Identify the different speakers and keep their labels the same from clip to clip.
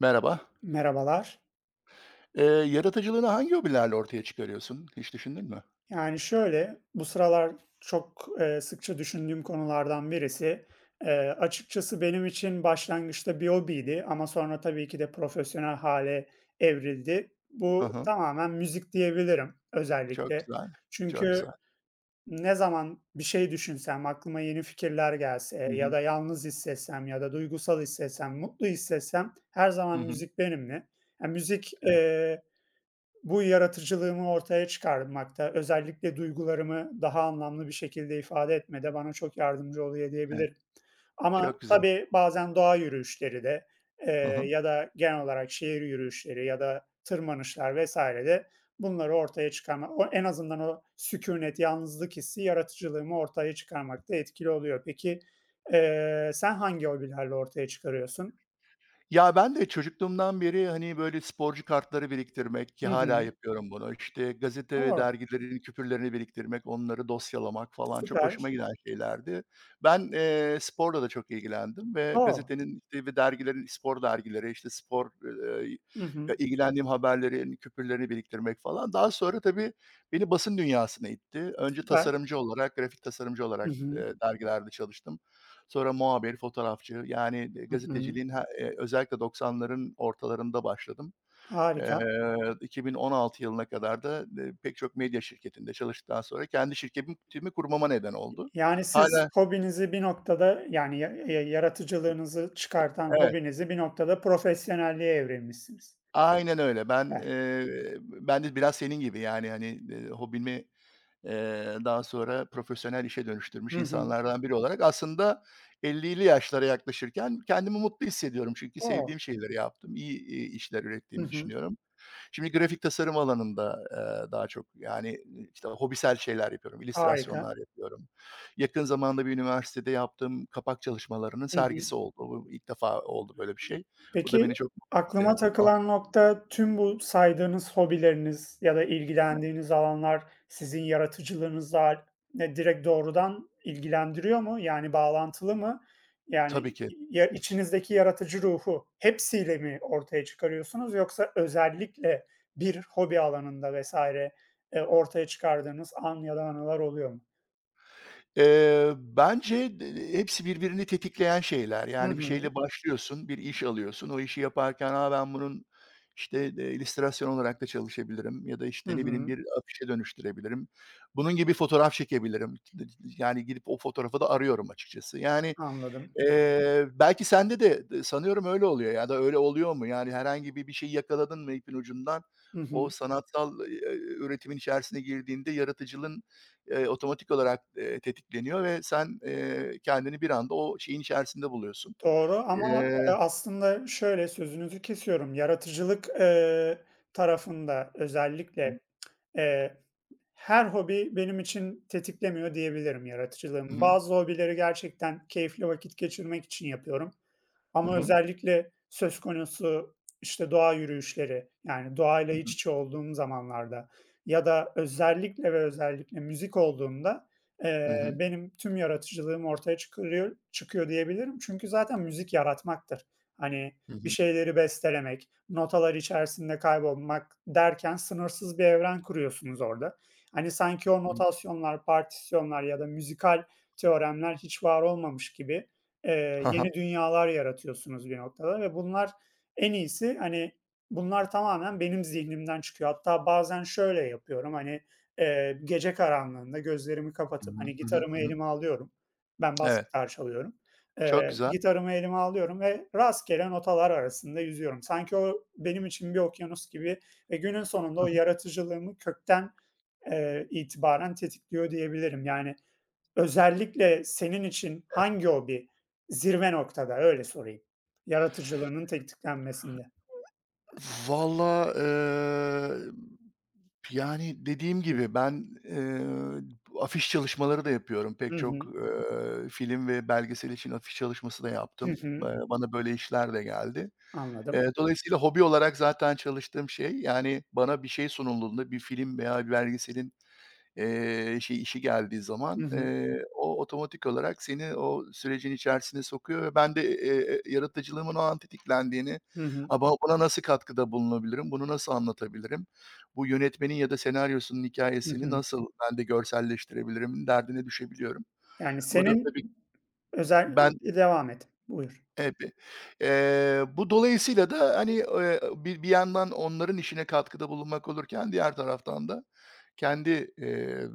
Speaker 1: Merhaba.
Speaker 2: Merhabalar.
Speaker 1: Yaratıcılığını hangi hobilerle ortaya çıkarıyorsun? Hiç düşündün mü?
Speaker 2: Yani şöyle, bu sıralar çok, sıkça düşündüğüm konulardan birisi. Açıkçası benim için başlangıçta bir hobiydi ama sonra tabii ki de profesyonel hale evrildi.
Speaker 1: Hı
Speaker 2: Bu
Speaker 1: hı.
Speaker 2: tamamen müzik diyebilirim
Speaker 1: Çok
Speaker 2: özellikle.
Speaker 1: güzel, çok güzel.
Speaker 2: Çünkü ne zaman bir şey düşünsem, aklıma yeni fikirler
Speaker 1: Hı
Speaker 2: gelse ya
Speaker 1: hı.
Speaker 2: da yalnız hissetsem ya da duygusal hissetsem, mutlu hissetsem her
Speaker 1: Hı
Speaker 2: zaman
Speaker 1: hı.
Speaker 2: müzik benimle. Yani müzik,
Speaker 1: Evet,
Speaker 2: eee Bu yaratıcılığımı ortaya çıkarmakta, özellikle duygularımı daha anlamlı bir şekilde ifade etmede bana çok yardımcı oluyor
Speaker 1: evet.
Speaker 2: diyebilirim. Ama
Speaker 1: Çok güzel.
Speaker 2: tabii bazen doğa yürüyüşleri de,
Speaker 1: Hı hı.
Speaker 2: ya da genel olarak şehir yürüyüşleri ya da tırmanışlar vs. de bunları ortaya çıkarma o en azından o sükunet, yalnızlık hissi yaratıcılığımı ortaya çıkarmakta etkili oluyor. Peki, sen hangi hobilerle ortaya çıkarıyorsun?
Speaker 1: Ya, ben de çocukluğumdan beri, hani, böyle, sporcu kartları biriktirmek ki
Speaker 2: Hı
Speaker 1: hala
Speaker 2: hı.
Speaker 1: yapıyorum bunu. İşte gazete ve
Speaker 2: O!
Speaker 1: dergilerin küpürlerini biriktirmek, onları dosyalamak falan çok hoşuma
Speaker 2: Süper.
Speaker 1: giden şeylerdi. Ben, sporla da çok ilgilendim ve
Speaker 2: O!
Speaker 1: gazetenin, işte, ve dergilerin, spor dergileri, işte, spor, eee,
Speaker 2: Hı
Speaker 1: ya,
Speaker 2: hı.
Speaker 1: ilgilendiğim haberlerin küpürlerini biriktirmek falan. Daha sonra tabii beni basın dünyasına itti. Önce
Speaker 2: Süper.
Speaker 1: tasarımcı olarak, grafik tasarımcı
Speaker 2: Hı
Speaker 1: olarak,
Speaker 2: hı.
Speaker 1: dergilerde çalıştım. Sonra muhabir, fotoğrafçı, yani,
Speaker 2: Hı hı.
Speaker 1: gazeteciliğin özellikle 90'ların ortalarında başladım. Eee,
Speaker 2: Harika.
Speaker 1: 2016 yılına kadar da, pek çok medya şirketinde çalıştıktan sonra kendi şirketimi kurmama neden oldu.
Speaker 2: Yani siz
Speaker 1: hala
Speaker 2: hobinizi bir noktada, yani, ya yaratıcılığınızı çıkartan
Speaker 1: Evet,
Speaker 2: hobinizi bir noktada profesyonelliğe evrilmişsiniz.
Speaker 1: aynen öyle. Ben,
Speaker 2: Evet.
Speaker 1: eee, ben de biraz senin gibi, yani, hani, hobimi, daha sonra profesyonel işe dönüştürmüş
Speaker 2: Hı hı.
Speaker 1: insanlardan biri olarak aslında 50'li yaşlara yaklaşırken kendimi mutlu hissediyorum. Çünkü
Speaker 2: O!
Speaker 1: sevdiğim şeyleri yaptım, iyi, işler
Speaker 2: Hı
Speaker 1: ürettiğimi
Speaker 2: hı.
Speaker 1: düşünüyorum. Şimdi grafik tasarım alanında, daha çok, yani, işte, hobisel şeyler yapıyorum,
Speaker 2: Harika.
Speaker 1: illüstrasyonlar yapıyorum. Yakın zamanda bir üniversitede yaptığım kapak çalışmalarının
Speaker 2: Hı hı.
Speaker 1: sergisi oldu. Bu ilk defa oldu böyle bir şey. Bu da
Speaker 2: Peki,
Speaker 1: beni çok mutlu
Speaker 2: aklıma
Speaker 1: etti. Ah,
Speaker 2: takılan nokta tüm bu saydığınız hobileriniz ya da ilgilendiğiniz alanlar sizin yaratıcılığınızla direkt doğrudan ilgilendiriyor mu? Yani bağlantılı mı? Yani
Speaker 1: tabii ki.
Speaker 2: ya içinizdeki yaratıcı ruhu hepsiyle mi ortaya çıkarıyorsunuz yoksa özellikle bir hobi alanında vesaire ortaya çıkardığınız an ya da anılar oluyor mu?
Speaker 1: Bence hepsi birbirini tetikleyen şeyler.
Speaker 2: Hı
Speaker 1: Yani bir
Speaker 2: hı.
Speaker 1: şeyle başlıyorsun, bir iş alıyorsun. O işi yaparken, "A, ben bunun, işte, illüstrasyon olarak da çalışabilirim ya da,
Speaker 2: Hı
Speaker 1: işte, ne bileyim,
Speaker 2: hı.
Speaker 1: bir afişe dönüştürebilirim. Bunun gibi fotoğraf çekebilirim." Yani gidip o fotoğrafı da arıyorum açıkçası. Yani
Speaker 2: Anladım.
Speaker 1: Belki sende de sanıyorum öyle oluyor ya da öyle oluyor mu? Yani herhangi bir şeyi yakaladın mı ipin ucundan,
Speaker 2: Hı
Speaker 1: o
Speaker 2: hı.
Speaker 1: sanatsal, üretimin içerisine girdiğinde yaratıcılığın, otomatik olarak, tetikleniyor ve sen, kendini bir anda o şeyin içerisinde buluyorsun.
Speaker 2: Doğru ama,
Speaker 1: Eee
Speaker 2: aslında şöyle, sözünüzü kesiyorum, yaratıcılık tarafında özellikle, eee, her hobi benim için tetiklemiyor diyebilirim
Speaker 1: Hı
Speaker 2: yaratıcılığımı.
Speaker 1: hı.
Speaker 2: Bazı hobileri gerçekten keyifli vakit geçirmek için yapıyorum.
Speaker 1: Hı
Speaker 2: Ama
Speaker 1: hı.
Speaker 2: özellikle söz konusu, işte, doğa yürüyüşleri, yani, doğayla
Speaker 1: Hı
Speaker 2: iç
Speaker 1: hı.
Speaker 2: içe olduğum zamanlarda ya da özellikle ve özellikle müzik olduğunda,
Speaker 1: Hı hı.
Speaker 2: benim tüm yaratıcılığım ortaya çıkıyor diyebilirim. Çünkü zaten müzik yaratmaktır. Hani,
Speaker 1: Hı
Speaker 2: bir
Speaker 1: hı.
Speaker 2: şeyleri bestelemek, notalar içerisinde kaybolmak derken sınırsız bir evren kuruyorsunuz orada. Hani, sanki o
Speaker 1: Hı.
Speaker 2: notasyonlar, partisyonlar ya da müzikal teoremler hiç var olmamış gibi,
Speaker 1: Ha ha.
Speaker 2: yeni dünyalar yaratıyorsunuz bir noktada ve bunlar en iyisi, hani, bunlar tamamen benim zihnimden çıkıyor. Hatta bazen şöyle yapıyorum, hani, gece karanlığında gözlerimi
Speaker 1: Hı
Speaker 2: kapatıp,
Speaker 1: hı.
Speaker 2: hani,
Speaker 1: Hı hı.
Speaker 2: gitarımı
Speaker 1: Hı hı.
Speaker 2: elime alıyorum. Ben bas
Speaker 1: Evet,
Speaker 2: gitar çalıyorum.
Speaker 1: çok güzel.
Speaker 2: Gitarımı elime alıyorum ve rastgele notalar arasında yüzüyorum. Sanki o benim için bir okyanus gibi ve günün sonunda
Speaker 1: Hı
Speaker 2: o
Speaker 1: hı.
Speaker 2: yaratıcılığımı kökten, itibaren tetikliyor diyebilirim. Yani, özellikle senin için hangi hobi zirve noktada, öyle sorayım. Yaratıcılığının tetiklenmesinde.
Speaker 1: Valla, yani, dediğim gibi ben, afiş çalışmaları da yapıyorum. Pek
Speaker 2: Hı
Speaker 1: çok,
Speaker 2: hı.
Speaker 1: film ve belgesel için afiş çalışması da
Speaker 2: Hı
Speaker 1: yaptım.
Speaker 2: hı.
Speaker 1: Bana böyle işler de geldi.
Speaker 2: Anladım.
Speaker 1: Dolayısıyla hobi olarak zaten çalıştığım şey, yani, bana bir şey sunulduğunda, bir film veya bir belgeselin işi geldiği
Speaker 2: Hı
Speaker 1: zaman,
Speaker 2: hı.
Speaker 1: o otomatik olarak seni o sürecin içerisine sokuyor ve ben de, yaratıcılığımın o an tetiklendiğini,
Speaker 2: Hı hı.
Speaker 1: "A, buna nasıl katkıda bulunabilirim, bunu nasıl anlatabilirim, bu yönetmenin ya da senaryosunun
Speaker 2: Hı
Speaker 1: hikâyesini
Speaker 2: hı.
Speaker 1: nasıl ben de görselleştirebilirim?" derdine düşebiliyorum.
Speaker 2: Yani
Speaker 1: Bu da
Speaker 2: senin
Speaker 1: tabii
Speaker 2: özel
Speaker 1: ben
Speaker 2: devam et. Buyur.
Speaker 1: Evet. Bu dolayısıyla da, hani, bir yandan onların işine katkıda bulunmak olurken diğer taraftan da kendi, emm,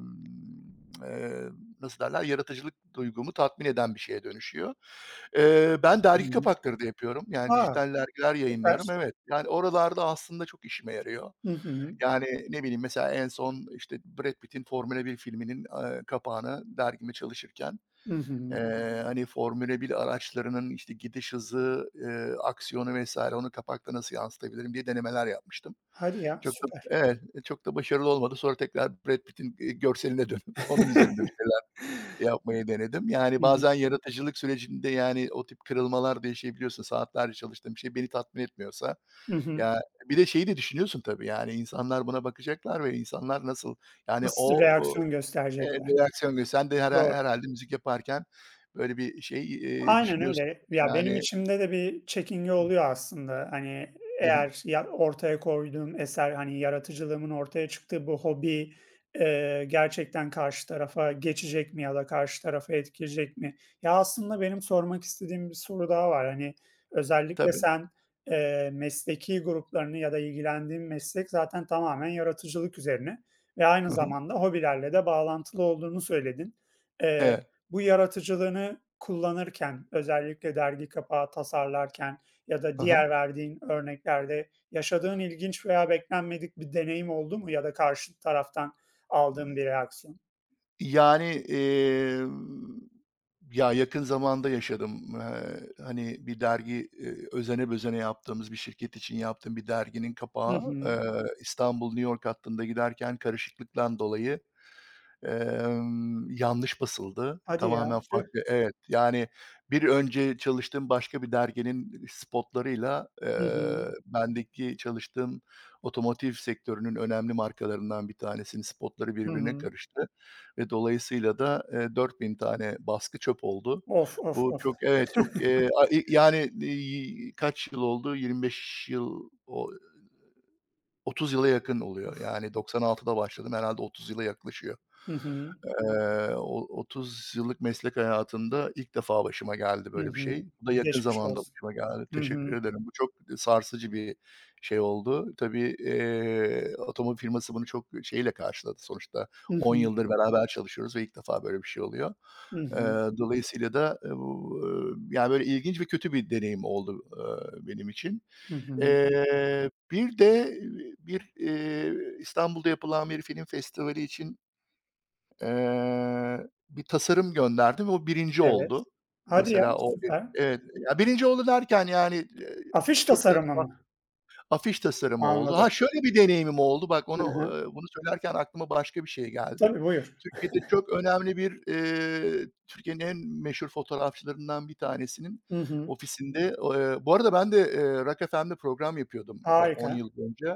Speaker 1: eee, nasıl derler, yaratıcılık duygumu tatmin eden bir şeye dönüşüyor. Ben
Speaker 2: Hı
Speaker 1: dergi
Speaker 2: hı.
Speaker 1: kapakları da yapıyorum. Yani
Speaker 2: A!
Speaker 1: dijital dergiler
Speaker 2: Süper.
Speaker 1: yayınlıyorum. Evet, yani oralarda aslında çok işime yarıyor.
Speaker 2: Hı hı.
Speaker 1: Yani, ne bileyim, mesela en son, işte, Brad Pitt'in Formula bir filminin, kapağına dergime çalışırken
Speaker 2: Hı hı.
Speaker 1: Hani, Formula bir araçlarının, işte, gidiş hızı, aksiyonu vs. onu kapakta nasıl yansıtabilirim diye denemeler yapmıştım.
Speaker 2: Hadi ya,
Speaker 1: Çok da
Speaker 2: süper.
Speaker 1: Evet, çok da başarılı olmadı. Sonra tekrar Brad Pitt'in, görseline dönüp onun üzerinde bir şeyler yapmayı denedim. Yani,
Speaker 2: Hı hı.
Speaker 1: bazen yaratıcılık sürecinde, yani, o tip kırılmalar da yaşayabiliyorsun. Saatlerce çalıştığın bir şey beni tatmin etmiyorsa.
Speaker 2: Hı hı.
Speaker 1: Ya, bir de şeyi de düşünüyorsun tabii, yani, insanlar buna bakacaklar ve insanlar nasıl, yani,
Speaker 2: Nasıl
Speaker 1: o.
Speaker 2: reaksiyon gösterecekler?
Speaker 1: Reaksiyon sen de
Speaker 2: Doğru.
Speaker 1: herhâlde müzik yaparken böyle bir şey,
Speaker 2: Aynen öyle.
Speaker 1: düşünüyorsundur
Speaker 2: Ya, benim
Speaker 1: yani.
Speaker 2: içimde de bir çekinge oluyor aslında. Hani,
Speaker 1: Hı hı.
Speaker 2: eğer ya ortaya koyduğum eser, hani, yaratıcılığımın ortaya çıktığı bu hobi, gerçekten karşı tarafa geçecek mi ya da karşı tarafa etkileyecek mi? Ya, aslında benim sormak istediğim bir soru daha var. Hani, özellikle
Speaker 1: Tabii.
Speaker 2: sen, mesleki gruplarını ya da ilgilendiğin meslek zaten tamamen yaratıcılık üzerine ve aynı
Speaker 1: Hı hı.
Speaker 2: zamanda hobilerle de bağlantılı olduğunu söyledin.
Speaker 1: Evet.
Speaker 2: Bu yaratıcılığını kullanırken, özellikle dergi kapağı tasarlarken ya da
Speaker 1: Hı hı.
Speaker 2: diğer verdiğin örneklerde yaşadığın ilginç veya beklenmedik bir deneyim oldu mu ya da karşı taraftan aldığın bir reaksiyon?
Speaker 1: Yani, ya, yakın zamanda yaşadım. Hani, bir dergi, özene bezene yaptığımız bir şirket için yaptığım bir derginin
Speaker 2: Hı
Speaker 1: kapağı,
Speaker 2: hı.
Speaker 1: İstanbul-New York hattında giderken karışıklıktan dolayı yanlış basıldı.
Speaker 2: Hadi ya.
Speaker 1: Tamamen
Speaker 2: Tüh.
Speaker 1: farklı Evet, yani bir önce çalıştığım başka bir derginin spotlarıyla,
Speaker 2: Hı hı.
Speaker 1: bendeki çalıştığım otomotiv sektörünün önemli markalarından bir tanesinin spotları
Speaker 2: Hı
Speaker 1: birbirine
Speaker 2: hı.
Speaker 1: karıştı ve dolayısıyla da, 4.000 tane baskı çöp oldu.
Speaker 2: Of, of,
Speaker 1: Bu
Speaker 2: of.
Speaker 1: çok Evet, çok, a i yani, kaç yıl oldu? 25 yıl o 30 yıla yakın oluyor. Yani 96'da başladım, herhâlde 30 yıla yaklaşıyor.
Speaker 2: Hı hı.
Speaker 1: O 30 yıllık meslek hayatımda ilk defa başıma geldi
Speaker 2: Hı
Speaker 1: böyle bir
Speaker 2: hı.
Speaker 1: şey. Bu da yakın
Speaker 2: Geçmiş
Speaker 1: zamanda
Speaker 2: olsun.
Speaker 1: başıma geldi.
Speaker 2: Hı
Speaker 1: Teşekkür
Speaker 2: hı.
Speaker 1: ederim. Bu çok sarsıcı bir şey oldu. Tabii, otomobil firması bunu çok şeyle karşıladı sonuçta.
Speaker 2: Hı
Speaker 1: 10
Speaker 2: hı.
Speaker 1: yıldır beraber çalışıyoruz ve ilk defa böyle bir şey oluyor.
Speaker 2: Hı
Speaker 1: Eee,
Speaker 2: hı.
Speaker 1: dolayısıyla da, bu, yani, böyle ilginç ve kötü bir deneyim oldu, benim için.
Speaker 2: Hı hı.
Speaker 1: Bir de bir, İstanbul'da yapılan bir film festivali için, bir tasarım gönderdim ve o birinci
Speaker 2: Evet.
Speaker 1: oldu.
Speaker 2: Hadi ya,
Speaker 1: Mesela o
Speaker 2: süper.
Speaker 1: Evet. Ya, 1. oldu derken, yani,
Speaker 2: Afiş
Speaker 1: çok da
Speaker 2: tasarımı mı?
Speaker 1: afiş tasarımı oldu.
Speaker 2: Anladım.
Speaker 1: Ha, şöyle bir deneyimim oldu. Bak onu,
Speaker 2: Hı hı.
Speaker 1: bunu söylerken aklıma başka bir şey geldi.
Speaker 2: Tabii, buyur.
Speaker 1: Türkiye'de çok önemli bir, Türkiye'nin en meşhur fotoğrafçılarından bir tanesinin
Speaker 2: Hı hı.
Speaker 1: ofisinde, Bu arada ben de, Rock FM'de program yapıyordum, 10
Speaker 2: Harika.
Speaker 1: yıl önce.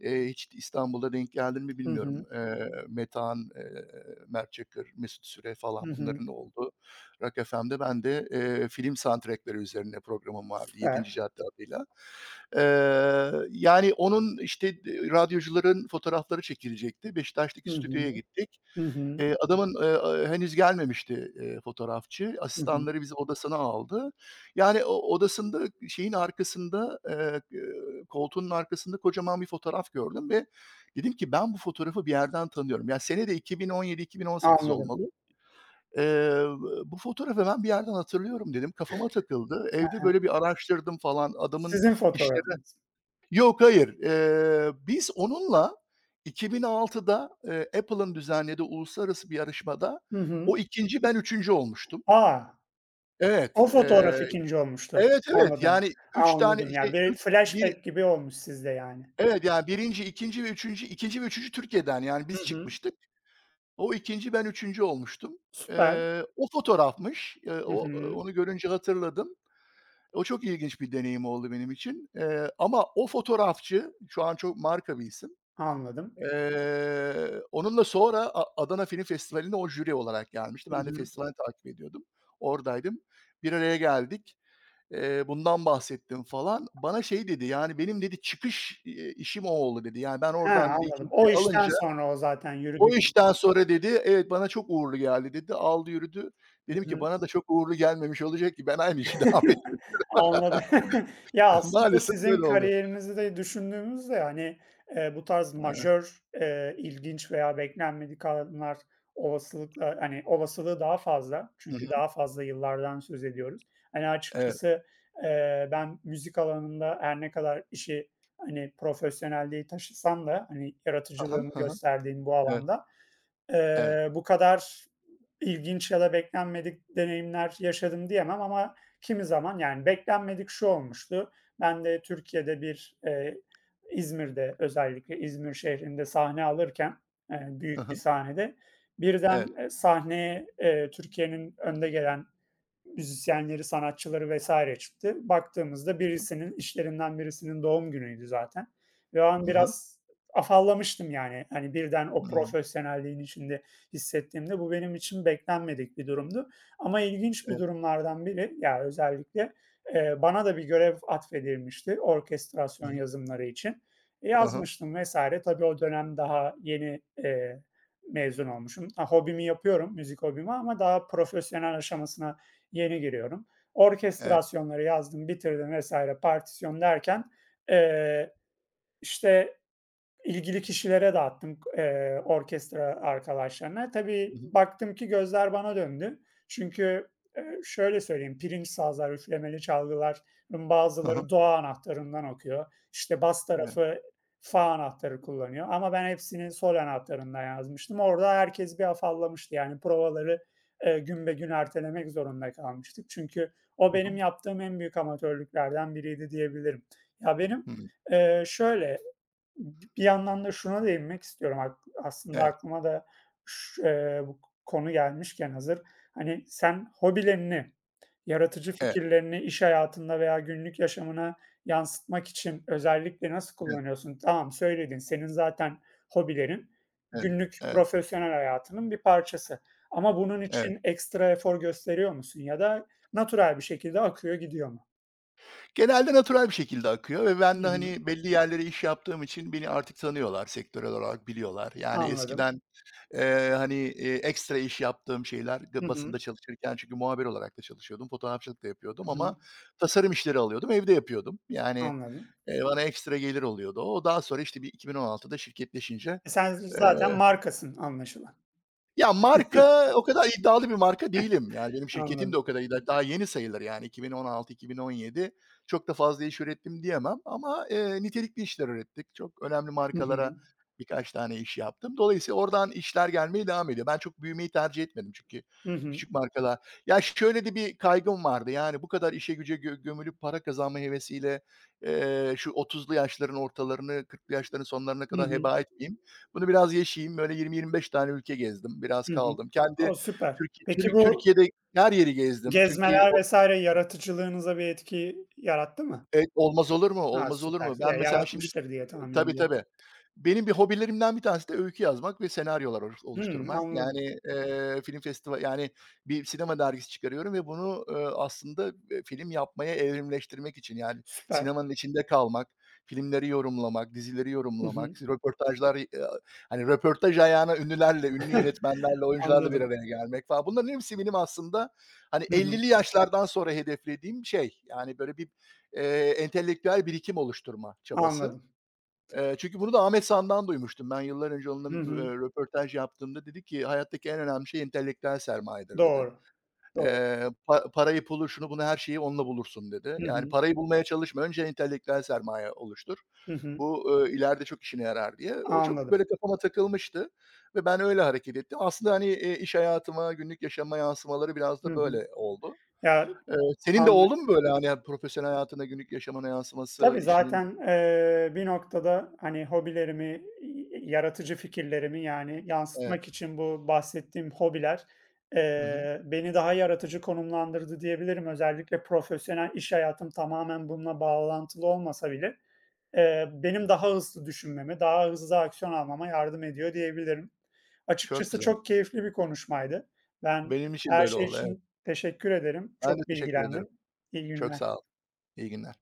Speaker 1: Hiç İstanbul'da denk geldin mi
Speaker 2: Hı
Speaker 1: bilmiyorum.
Speaker 2: hı.
Speaker 1: Metehan, Mert Çakır, Mesut Süre
Speaker 2: Hı
Speaker 1: falan
Speaker 2: hı.
Speaker 1: bunların olduğu Rock FM'de ben de, film soundtrack'leri üzerine programım vardı
Speaker 2: Süper.
Speaker 1: Yedinci Cadde adıyla. Yani onun, işte, radyocuların fotoğrafları çekilecekti.
Speaker 2: Hı
Speaker 1: Beşiktaş'taki
Speaker 2: hı.
Speaker 1: stüdyoya gittik.
Speaker 2: Hı hı.
Speaker 1: Adamın, henüz gelmemişti, fotoğrafçı.
Speaker 2: Hı hı.
Speaker 1: Asistanları bizi odasına aldı. Yani o odasında şeyin arkasında, koltuğunun arkasında kocaman bir fotoğraf gördüm ve dedim ki ben bu fotoğrafı bir yerden tanıyorum. Ya, sene de 2017-2018
Speaker 2: Anladım.
Speaker 1: olmalı. Eee, bu fotoğrafı ben bir yerden hatırlıyorum dedim. Kafama takıldı.
Speaker 2: Hı
Speaker 1: Evde
Speaker 2: hı.
Speaker 1: böyle bir araştırdım falan. Adamın
Speaker 2: Sizin
Speaker 1: işleri
Speaker 2: fotoğrafınız.
Speaker 1: Yok, hayır. Biz onunla 2006'da, Apple'ın düzenlediği uluslararası bir yarışmada
Speaker 2: Hı hı.
Speaker 1: o ikinci ben üçüncü olmuştum.
Speaker 2: A!
Speaker 1: Evet,
Speaker 2: O fotoğraf ikinci olmuştu.
Speaker 1: evet, evet,
Speaker 2: Anladım,
Speaker 1: yani 3 tane,
Speaker 2: anladım.
Speaker 1: şey,
Speaker 2: Ya, bir
Speaker 1: üç bir
Speaker 2: flashback gibi olmuş sizde yani.
Speaker 1: evet, yani birinci ikinci ve üçüncü ikinci ve 3'üncü Türkiye'den, yani
Speaker 2: Hı
Speaker 1: biz
Speaker 2: hı.
Speaker 1: çıkmıştık. O ikinci ben üçüncü olmuştum.
Speaker 2: Süper.
Speaker 1: O fotoğrafmış.
Speaker 2: Hı
Speaker 1: O
Speaker 2: hı.
Speaker 1: onu görünce hatırladım. O çok ilginç bir deneyim oldu benim için. Ama o fotoğrafçı, şu an çok marka bir isim.
Speaker 2: Anladım.
Speaker 1: Onunla sonra Adana Film Festivali'ne o jüri olarak gelmişti.
Speaker 2: Hı
Speaker 1: Ben de
Speaker 2: hı.
Speaker 1: festivali takip ediyordum. Oradaydım. Bir araya geldik. Bundan bahsettim falan. Bana şey dedi, yani, "Benim" dedi, "çıkış, işim o oldu." dedi. Yani, ben
Speaker 2: He,
Speaker 1: oradan dedi
Speaker 2: anladım.
Speaker 1: ikinciyi
Speaker 2: O işten
Speaker 1: alınca
Speaker 2: sonra o zaten yürüdü
Speaker 1: o
Speaker 2: gitti.
Speaker 1: işten sonra dedi, evet, bana çok uğurlu geldi dedi. Aldı yürüdü.
Speaker 2: Hı
Speaker 1: Dedim ki
Speaker 2: hı.
Speaker 1: bana da çok uğurlu gelmemiş olacak ki ben aynı işi devam ettim.
Speaker 2: Anladım. Ya, aslında
Speaker 1: Maalesef
Speaker 2: sizin
Speaker 1: böyle oldu.
Speaker 2: kariyerinizi de düşündüğümüzde, hani, bu tarz
Speaker 1: Evet.
Speaker 2: majör, ilginç veya beklenmedik alanlar olasılıkla, hani, olasılığı daha fazla.
Speaker 1: Hı
Speaker 2: Çünkü
Speaker 1: hı.
Speaker 2: daha fazla yıllardan söz ediyoruz. Hani,
Speaker 1: Evet.
Speaker 2: açıkçası, ben müzik alanında her ne kadar işi, hani, profesyonelliği taşısam da, hani,
Speaker 1: Hı
Speaker 2: yaratıcılığımı
Speaker 1: hı.
Speaker 2: gösterdiğim bu
Speaker 1: Evet.
Speaker 2: alanda
Speaker 1: Evet.
Speaker 2: Eee, bu kadar ilginç ya da beklenmedik deneyimler yaşadım diyemem ama kimi zaman yani beklenmedik şu olmuştu. Ben de Türkiye'de bir, İzmir'de özellikle İzmir şehrinde sahne alırken, büyük bir
Speaker 1: Hı
Speaker 2: sahnede
Speaker 1: Evet.
Speaker 2: birden, sahneye, Türkiye'nin önde gelen müzisyenleri, sanatçıları vesaire çıktı. Baktığımızda
Speaker 1: Hı hı.
Speaker 2: birisinin, işlerinden birisinin doğum günüydü zaten ve o an
Speaker 1: Hı hı.
Speaker 2: biraz afallamıştım yani. Hani birden o profesyonelliğin içinde hissettiğimde bu benim için beklenmedik bir durumdu ama ilginç bir
Speaker 1: Evet.
Speaker 2: durumlardan biri, ya, özellikle, bana da bir görev atfedilmişti orkestrasyon yazımları için.
Speaker 1: Hı hı.
Speaker 2: Yazmıştım vesaire. Tabii o dönem daha yeni, mezun olmuşum. Ha, hobimi yapıyorum, müzik hobimi ama daha profesyonel aşamasına yeni giriyorum.
Speaker 1: Evet.
Speaker 2: Orkestrasyonları yazdım, bitirdim vesaire. Partisyon derken, eee, işte ilgili kişilere dağıttım, orkestra arkadaşlarına.
Speaker 1: Hı
Speaker 2: Tabii
Speaker 1: hı.
Speaker 2: baktım ki gözler bana döndü. Çünkü, şöyle söyleyeyim, pirinç sazlar, üflemeli çalgıların
Speaker 1: Hı hı.
Speaker 2: bazıları do anahtarından okuyor. İşte bas
Speaker 1: Evet.
Speaker 2: tarafı fa anahtarı kullanıyor ama ben hepsini sol anahtarından yazmıştım. Orada herkes bir afallamıştı. Yani provaları, gün be gün ertelemek zorunda kalmıştık. Çünkü o
Speaker 1: Hı
Speaker 2: benim
Speaker 1: hı.
Speaker 2: yaptığım en büyük amatörlüklerden biriydi diyebilirim. Ya benim,
Speaker 1: Hımm.
Speaker 2: şöyle, bir yandan da şuna değinmek istiyorum. Aslında
Speaker 1: Evet,
Speaker 2: aklıma da ş bu konu gelmişken hazır, hani, sen hobilerini, yaratıcı
Speaker 1: evet,
Speaker 2: fikirlerini iş hayatında veya günlük yaşamına yansıtmak için özellikle nasıl
Speaker 1: evet,
Speaker 2: kullanıyorsun? Tamam, söyledin, senin zaten hobilerin
Speaker 1: evet,
Speaker 2: günlük
Speaker 1: evet,
Speaker 2: profesyonel hayatının bir parçası ama bunun
Speaker 1: evet.
Speaker 2: için ekstra efor gösteriyor musun ya da natural bir şekilde akıyor gidiyor mu?
Speaker 1: Genelde natürel bir şekilde akıyor ve ben
Speaker 2: Hı
Speaker 1: de,
Speaker 2: hı,
Speaker 1: hani, belli yerlere iş yaptığım için beni artık tanıyorlar, sektörel olarak biliyorlar. Yani
Speaker 2: anladım.
Speaker 1: eskiden, hani, ekstra iş yaptığım şeyler
Speaker 2: Hı
Speaker 1: basında
Speaker 2: hı,
Speaker 1: çalışırken çünkü muhabir olarak da çalışıyordum, fotoğrafçılık da yapıyordum
Speaker 2: hı hı,
Speaker 1: ama tasarım işleri alıyordum, evde yapıyordum. Yani,
Speaker 2: anladım.
Speaker 1: bana ekstra gelir oluyordu o. Daha sonra, işte, bir 2016'da şirketleşince,
Speaker 2: E, sen
Speaker 1: eee
Speaker 2: zaten markasın anlaşılan.
Speaker 1: Ya, marka o kadar iddialı bir marka değilim. Yani benim şirketim de
Speaker 2: Anladım.
Speaker 1: o kadar iddialı daha yeni sayılır yani 2016-2017. Çok da fazla iş ürettim diyemem ama, nitelikli işler ürettik. Çok önemli
Speaker 2: Hı
Speaker 1: markalara
Speaker 2: hı.
Speaker 1: birkaç tane iş yaptım. Dolayısıyla oradan işler gelmeye devam ediyor. Ben çok büyümeyi tercih etmedim çünkü
Speaker 2: Hı hı.
Speaker 1: küçük markalar Ya, şöyle de bir kaygım vardı, yani bu kadar işe güce gömülüp para kazanma hevesiyle, şu 30'lu yaşların ortalarını, 40'lı yaşların sonlarına
Speaker 2: Hı
Speaker 1: kadar
Speaker 2: hı.
Speaker 1: heba etmeyeyim. Bunu biraz yaşayayım. Böyle 20-25 tane ülke gezdim. Biraz
Speaker 2: Hı hı.
Speaker 1: kaldım.
Speaker 2: O,
Speaker 1: Kendi
Speaker 2: süper. Peki bu
Speaker 1: Türkiye'de her yeri gezdim. Çünkü
Speaker 2: gezmeler vs. yaratıcılığınıza bir etki yarattı mı?
Speaker 1: Evet, olmaz olur mu?
Speaker 2: Ha,
Speaker 1: Olmaz olur
Speaker 2: süper.
Speaker 1: mu? Ben
Speaker 2: Ya,
Speaker 1: mesela şimdi
Speaker 2: yaratmıştır diye tahmin
Speaker 1: Tabii,
Speaker 2: ediyorum.
Speaker 1: tabii. Benim bir hobilerimden bir tanesi de öykü yazmak ve senaryolar
Speaker 2: Hımm,
Speaker 1: oluşturmak.
Speaker 2: anladım.
Speaker 1: Yani, film festival yani bir sinema dergisi çıkarıyorum ve bunu, aslında, film yapmaya evrimleştirmek için, yani
Speaker 2: Süper.
Speaker 1: sinemanın içinde kalmak, filmleri yorumlamak, dizileri
Speaker 2: Hı hı.
Speaker 1: yorumlamak, röportajlar, hani röportaj ayağına ünlülerle, ünlü yönetmenlerle, oyuncularla bir
Speaker 2: Anladım.
Speaker 1: araya gelmek falan. Bunların hepsi benim aslında, hani
Speaker 2: Hı hı.
Speaker 1: 50'li yaşlardan sonra hedeflediğim şey. Yani böyle bir entelektüel birikim oluşturma çabası.
Speaker 2: Anladım.
Speaker 1: Çünkü bunu da Ahmet San'dan duymuştum. Ben yıllar önce onunla,
Speaker 2: Hı hı.
Speaker 1: röportaj yaptığımda dedi ki "Hayattaki en önemli şey entelektüel sermayedir." dedi.
Speaker 2: Doğru. Doğru.
Speaker 1: "Parayı, pulu, şunu bunu, her şeyi onunla bulursun." dedi.
Speaker 2: Hı
Speaker 1: Yani
Speaker 2: hı.
Speaker 1: parayı bulmaya çalışma, önce entelektüel sermaye oluştur.
Speaker 2: Hı hı.
Speaker 1: Bu, ileride çok işine yarar diye. O çok
Speaker 2: Anladım.
Speaker 1: böyle kafama takılmıştı ve ben öyle hareket ettim. Aslında, hani, iş hayatıma, günlük yaşama yansımaları biraz da
Speaker 2: Hı hı.
Speaker 1: böyle oldu.
Speaker 2: Ya,
Speaker 1: Senin de
Speaker 2: an
Speaker 1: oldu mu böyle, hani, profesyonel hayatında günlük yaşamına yansıması,
Speaker 2: tabii
Speaker 1: işinin
Speaker 2: zaten, bir noktada, hani, hobilerimi, yaratıcı fikirlerimi, yani,
Speaker 1: Evet.
Speaker 2: yansıtmak için bu bahsettiğim hobiler,
Speaker 1: Hı hı.
Speaker 2: beni daha yaratıcı konumlandırdı diyebilirim. Özellikle profesyonel iş hayatım tamamen bununla bağlantılı olmasa bile, benim daha hızlı düşünmeme, daha hızlı aksiyon almama yardım ediyor diyebilirim.
Speaker 1: Çok
Speaker 2: Açıkçası
Speaker 1: güzel.
Speaker 2: çok keyifli bir konuşmaydı. Ben
Speaker 1: Benim için de
Speaker 2: her
Speaker 1: öyle
Speaker 2: şey
Speaker 1: oldu, evet.
Speaker 2: için teşekkür ederim.
Speaker 1: Ben de
Speaker 2: Çok
Speaker 1: teşekkür ederim.
Speaker 2: bilgilendim. İyi
Speaker 1: Çok sağ
Speaker 2: günler.
Speaker 1: ol. İyi günler.